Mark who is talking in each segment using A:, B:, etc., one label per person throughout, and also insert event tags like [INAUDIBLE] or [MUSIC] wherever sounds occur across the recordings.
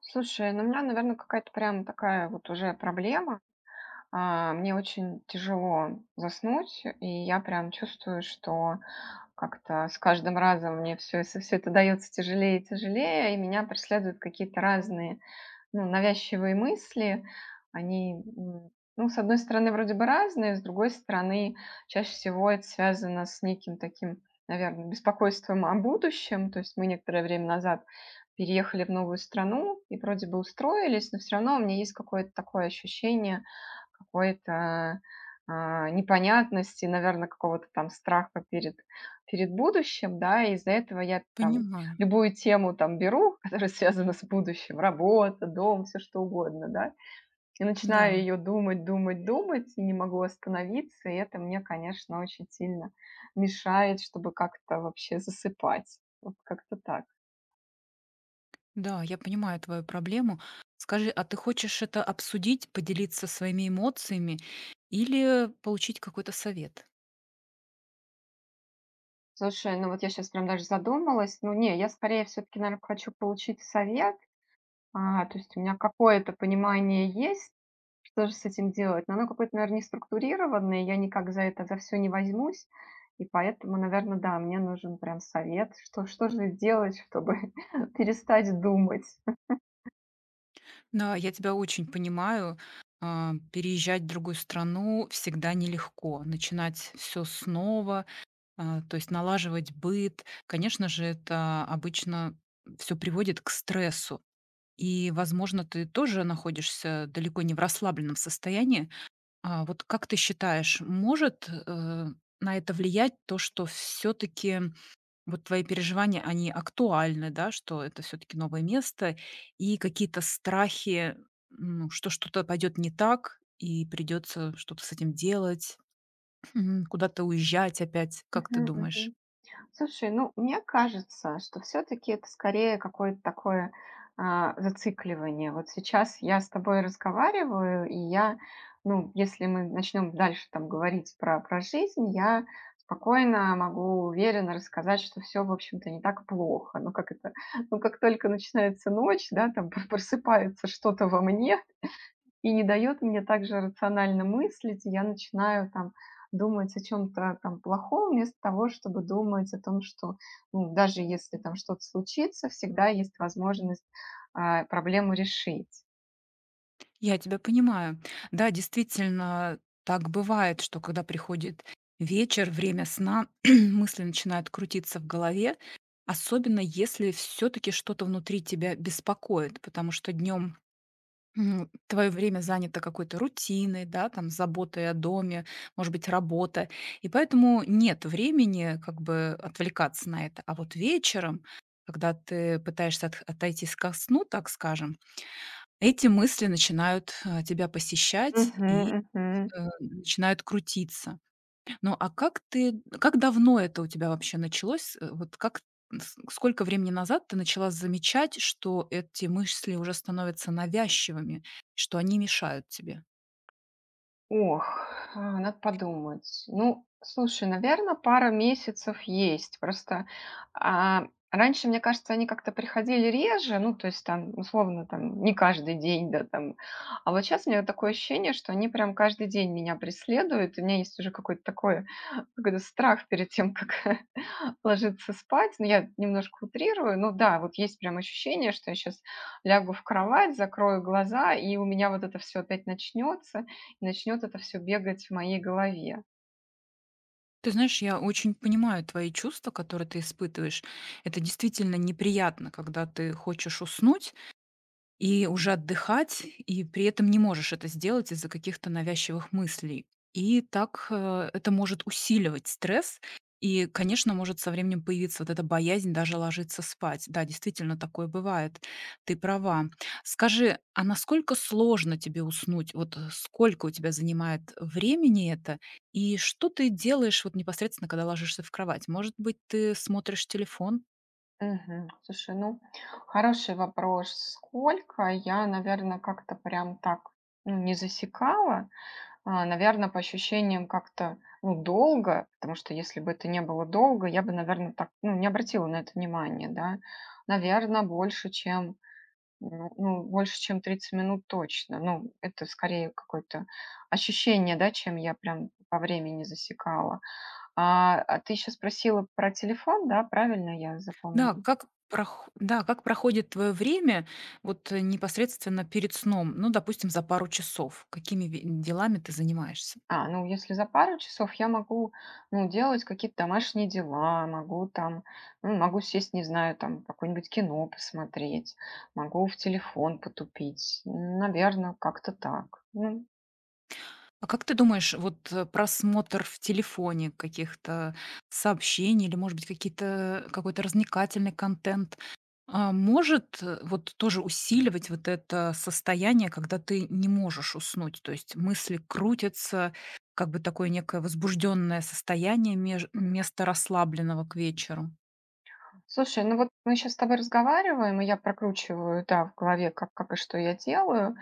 A: Слушай, ну у меня, наверное, какая-то прям такая вот уже проблема. Мне очень тяжело заснуть, и я прям чувствую, что как-то с каждым разом мне все это дается тяжелее и тяжелее, и меня преследуют какие-то разные, ну, навязчивые мысли, они, ну, с одной стороны, вроде бы разные, с другой стороны, чаще всего это связано с неким таким, наверное, беспокойством о будущем. То есть мы некоторое время назад переехали в новую страну и вроде бы устроились, но все равно у меня есть какое-то такое ощущение какой-то, непонятности, наверное, какого-то там страха перед, перед будущим, да, и из-за этого я там
B: Понимаю.
A: любую тему там беру, [LAUGHS] которая связана с будущим, работа, дом, все что угодно, да, и
B: Да,
A: начинаю ее думать, думать, думать, и не могу остановиться, и это мне, конечно, очень сильно мешает, чтобы как-то вообще засыпать. Вот как-то так.
B: да, я понимаю твою проблему. Скажи, а ты хочешь это обсудить, поделиться своими эмоциями или получить какой-то совет?
A: Слушай, ну вот я сейчас прям даже задумалась. Ну не, я скорее все-таки, наверное, хочу получить совет. То есть у меня какое-то понимание есть, что же с этим делать. Но оно какое-то, наверное, не структурированное. Я никак за это, за все не возьмусь. И поэтому, наверное, да, мне нужен прям совет, что же делать, чтобы [LAUGHS] перестать думать.
B: Да, я тебя очень понимаю. А, Переезжать в другую страну всегда нелегко. Начинать все снова, то есть налаживать быт. Конечно же, это обычно все приводит к стрессу. И, возможно, ты тоже находишься далеко не в расслабленном состоянии. А вот как ты считаешь, может, на это влиять то, что все таки вот твои переживания, они актуальны, да, что это все таки новое место и какие-то страхи, ну, что что-то пойдет не так и придется что-то с этим делать, [CLEARS THROAT] куда-то уезжать опять, как ты
A: Мгм,
B: думаешь?
A: мгм. Слушай, ну, мне кажется, что все-таки это скорее какое-то такое, зацикливание. Вот сейчас я с тобой разговариваю, и я, ну, если мы начнем дальше там говорить про жизнь, я спокойно могу уверенно рассказать, что все, в общем-то, не так плохо. Ну, как это, ну, как только начинается ночь, да, там [LAUGHS] просыпается что-то во мне, и не дает мне также рационально мыслить. И я начинаю там думать о чем то там плохом, вместо того, чтобы думать о том, что, ну, даже если там что-то случится, всегда есть возможность, проблему решить.
B: Я тебя понимаю. Да, действительно, так бывает, что когда приходит вечер, время сна, [CLEARS THROAT] мысли начинают крутиться в голове, особенно если все-таки что-то внутри тебя беспокоит, потому что днем твое время занято какой-то рутиной, да, там заботой о доме, может быть, работа, и поэтому нет времени как бы отвлекаться на это. А вот вечером, когда ты пытаешься отойти ко сну, так скажем, эти мысли начинают, тебя посещать
A: Мгм,
B: и,
A: мгм.
B: начинают крутиться. Ну, а как давно это у тебя вообще началось? Э, вот как с сколько времени назад ты начала замечать, что эти мысли уже становятся навязчивыми, что они мешают тебе?
A: Ох, надо подумать. Ну, слушай, наверное, пара месяцев есть. Просто, раньше, мне кажется, они как-то приходили реже, ну, то есть там, условно, там не каждый день, да, там. А вот сейчас у меня такое ощущение, что они прям каждый день меня преследуют, и у меня есть уже какой-то такой, [LAUGHS] какой-то страх перед тем, как [LAUGHS] ложиться спать. Ну, я немножко утрирую. Ну да, вот есть прям ощущение, что я сейчас лягу в кровать, закрою глаза, и у меня вот это все опять начнет это все бегать в моей голове.
B: Ты знаешь, я очень понимаю твои чувства, которые ты испытываешь. Это действительно неприятно, когда ты хочешь уснуть, и уже отдыхать, и при этом не можешь это сделать из-за каких-то навязчивых мыслей. И так, это может усиливать стресс. И, конечно, может со временем появиться вот эта боязнь даже ложиться спать. Да, действительно, такое бывает. Ты права. Скажи, а насколько сложно тебе уснуть? Вот, сколько у тебя занимает времени это? И что ты делаешь вот непосредственно, когда ложишься в кровать? Может быть, ты смотришь телефон?
A: Мгм. Слушай, ну, хороший вопрос. Сколько я, наверное, как-то прям так, ну, не засекала, наверное, по ощущениям как-то, ну, долго, потому что если бы это не было долго, я бы, наверное, так, ну, не обратила на это внимание, да. Наверное, больше, чем, ну, ну, больше, чем 30 минут точно. Ну, это скорее какое-то ощущение, да, чем я прям по времени засекала. А ты еще спросила про телефон, да, правильно я запомнила?
B: Да, как проходит твое время вот, непосредственно перед сном? Ну, допустим, за пару часов. Какими ви делами ты занимаешься?
A: Ну если за пару часов я могу, ну, делать какие-то домашние дела, могу там, ну, могу сесть, не знаю, там какое-нибудь кино посмотреть, могу в телефон потупить. Наверное, как-то так. Ну,
B: А как ты думаешь, вот, просмотр в телефоне каких-то сообщений или, может быть, какой-то развлекательный контент, а, может, вот тоже усиливать вот это состояние, когда ты не можешь уснуть? То есть мысли крутятся, как бы такое некое возбужденное состояние меж вместо расслабленного к вечеру.
A: слушай, ну вот мы сейчас с тобой разговариваем, и я прокручиваю, да, в голове, как и что я делаю.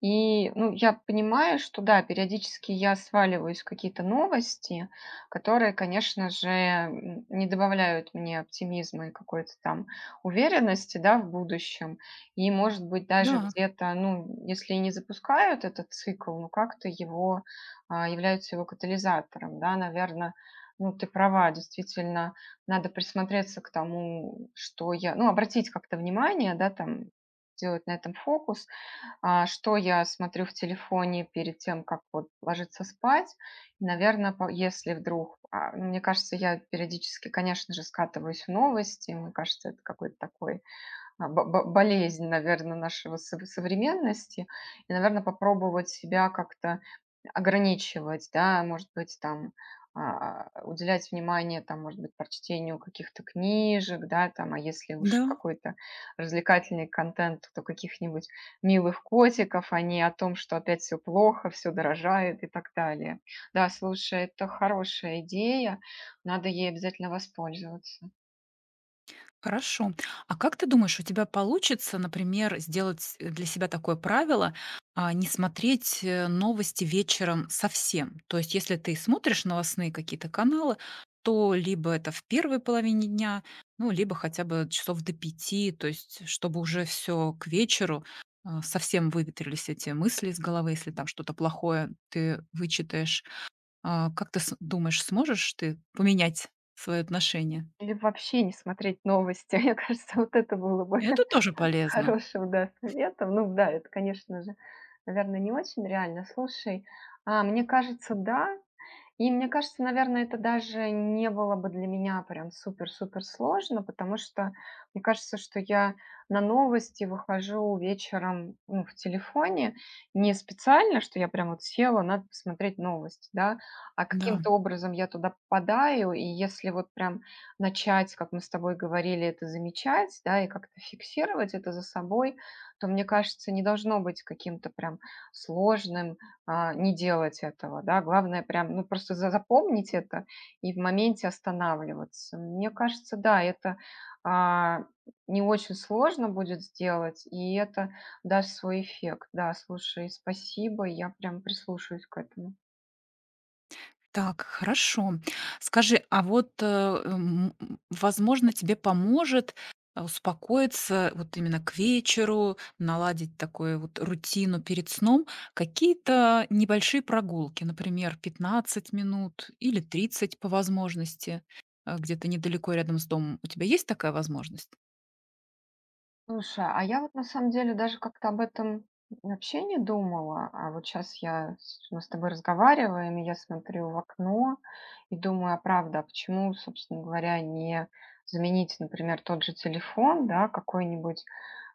A: И, ну, я понимаю, что да, периодически я сваливаюсь в какие-то новости, которые, конечно же, не добавляют мне оптимизма и какой-то там уверенности, да, в будущем. И, может быть, даже
B: Да,
A: где-то, ну, если и не запускают этот цикл, ну, как-то его, являются его катализатором, да, наверное, ну, ты права, действительно, надо присмотреться к тому, что я, ну, обратить как-то внимание, да, там, делать на этом фокус, что я смотрю в телефоне перед тем, как вот ложиться спать? Наверное, если вдруг, ну, мне кажется, я периодически, конечно же, скатываюсь в новости. Мне кажется, это какой-то такой, а, бо бо болезнь, наверное, нашего современности. И, наверное, попробовать себя как-то ограничивать, да, может быть, там, уделять внимание, там, может быть, прочтению каких-то книжек, да, там, а если
B: да,
A: уж какой-то развлекательный контент, то каких-нибудь милых котиков, а не о том, что опять все плохо, все дорожает и так далее. Да, слушай, это хорошая идея, надо ей обязательно воспользоваться.
B: хорошо. А как ты думаешь, у тебя получится, например, сделать для себя такое правило, не смотреть новости вечером совсем? То есть, если ты смотришь новостные какие-то каналы, то либо это в первой половине дня, ну, либо хотя бы часов до пяти, то есть, чтобы уже все к вечеру совсем выветрились эти мысли из головы, если там что-то плохое ты вычитаешь. А, Как ты думаешь, сможешь ты поменять свое отношение?
A: Или вообще не смотреть новости, [LAUGHS] мне кажется, вот это было бы
B: Это тоже
A: [LAUGHS]
B: полезно.
A: хорошим, да, советом. Ну да, это, конечно же, наверное, не очень реально. Слушай, мне кажется, да. И мне кажется, наверное, это даже не было бы для меня прям супер-супер сложно, потому что мне кажется, что я на новости выхожу вечером, ну, в телефоне не специально, что я прям вот села, надо посмотреть новости, да, а
B: Да.
A: каким-то образом я туда попадаю, и если вот прям начать, как мы с тобой говорили, это замечать, да, и как-то фиксировать это за собой, то, мне кажется, не должно быть каким-то прям сложным, не делать этого, да. Главное прям, ну, просто за запомнить это и в моменте останавливаться. Мне кажется, да, это, а, не очень сложно будет сделать, и это даст свой эффект. Да, слушай, спасибо, я прям прислушаюсь к этому.
B: Так, хорошо. Скажи, а вот, возможно, тебе поможет, успокоиться вот именно к вечеру, наладить такую вот рутину перед сном, какие-то небольшие прогулки, например, 15 минут или 30 по возможности, где-то недалеко рядом с домом. У тебя есть такая возможность?
A: Слушай, а я вот на самом деле даже как-то об этом вообще не думала. А вот сейчас я, мы с тобой разговариваем, и я смотрю в окно и думаю, а правда, а почему, собственно говоря, не заменить, например, тот же телефон, да, какой-нибудь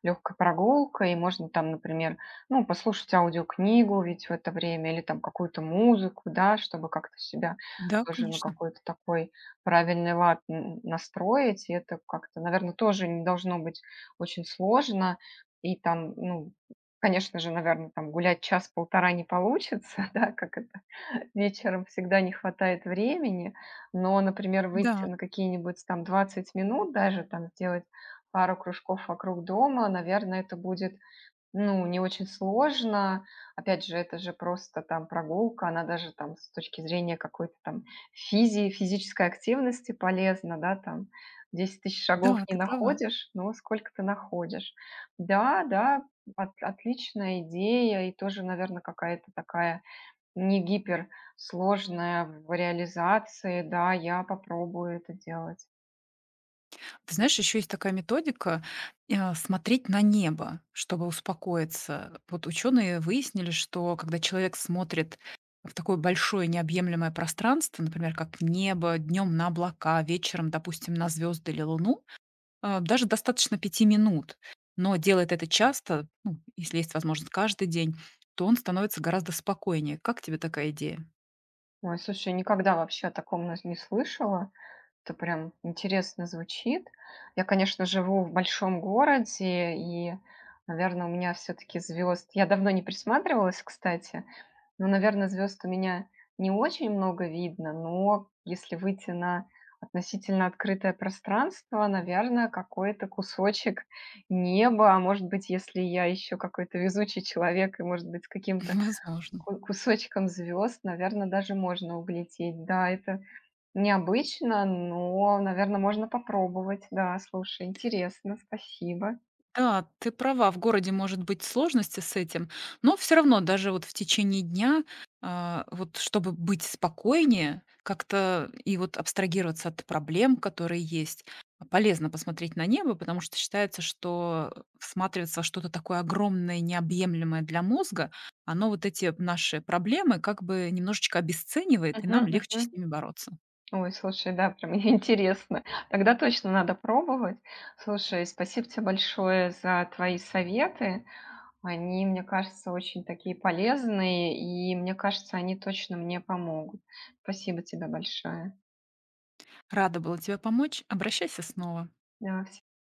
A: легкой прогулкой, и можно там, например, ну, послушать аудиокнигу ведь в это время, или там какую-то музыку, да, чтобы как-то себя
B: Да,
A: тоже на
B: конечно.
A: какой-то такой правильный лад настроить, и это как-то, наверное, тоже не должно быть очень сложно. И там, ну, конечно же, наверное, там гулять час-полтора не получится, [LAUGHS] да, как это, [LAUGHS] вечером всегда не хватает времени. Но, например, выйти
B: Да,
A: на какие-нибудь там 20 минут, даже там сделать пару кружков вокруг дома, наверное, это будет, ну, не очень сложно. Опять же, это же просто там прогулка, она даже там с точки зрения какой-то там физической активности полезна, да, там десять тысяч
B: да,
A: шагов не
B: ты права.
A: находишь, но сколько ты находишь. Да, да, отличная идея и тоже, наверное, какая-то такая не гиперсложная в реализации. Да, я попробую это делать.
B: Ты знаешь, еще есть такая методика, смотреть на небо, чтобы успокоиться. Вот ученые выяснили, что когда человек смотрит в такое большое необъемлемое пространство, например, как небо, днем на облака, вечером, допустим, на звезды или луну, даже достаточно 5 минут, но делает это часто, ну, если есть возможность каждый день, то он становится гораздо спокойнее. Как тебе такая идея?
A: Ой, слушай, никогда вообще о таком нас не слышала. Это прям интересно звучит. Я, конечно, живу в большом городе, и, наверное, у меня все-таки звезд. Я давно не присматривалась, кстати, но, наверное, звезд у меня не очень много видно, но если выйти на относительно открытое пространство, наверное, какой-то кусочек неба, а может быть, если я еще какой-то везучий человек и, может быть, с
B: [LAUGHS]
A: каким-то
B: Возможно.
A: Ку кусочком звезд, наверное, даже можно углядеть. Да, это необычно, но, наверное, можно попробовать. Да, слушай, интересно, спасибо.
B: Да, ты права, в городе может быть сложности с этим, но все равно даже вот в течение дня, вот чтобы быть спокойнее как-то и вот абстрагироваться от проблем, которые есть, полезно посмотреть на небо, потому что считается, что всматриваться во что-то такое огромное, необъемлемое для мозга, оно вот эти наши проблемы как бы немножечко обесценивает, и
A: Мгм,
B: нам легче с
A: мгм.
B: ними бороться.
A: Ой, слушай, да, прям [LAUGHS] интересно. Тогда точно надо пробовать. Слушай, спасибо тебе большое за твои советы. Они, мне кажется, очень такие полезные, и мне кажется, они точно мне помогут. Спасибо тебе большое.
B: Рада была тебе помочь. Обращайся снова.
A: Да,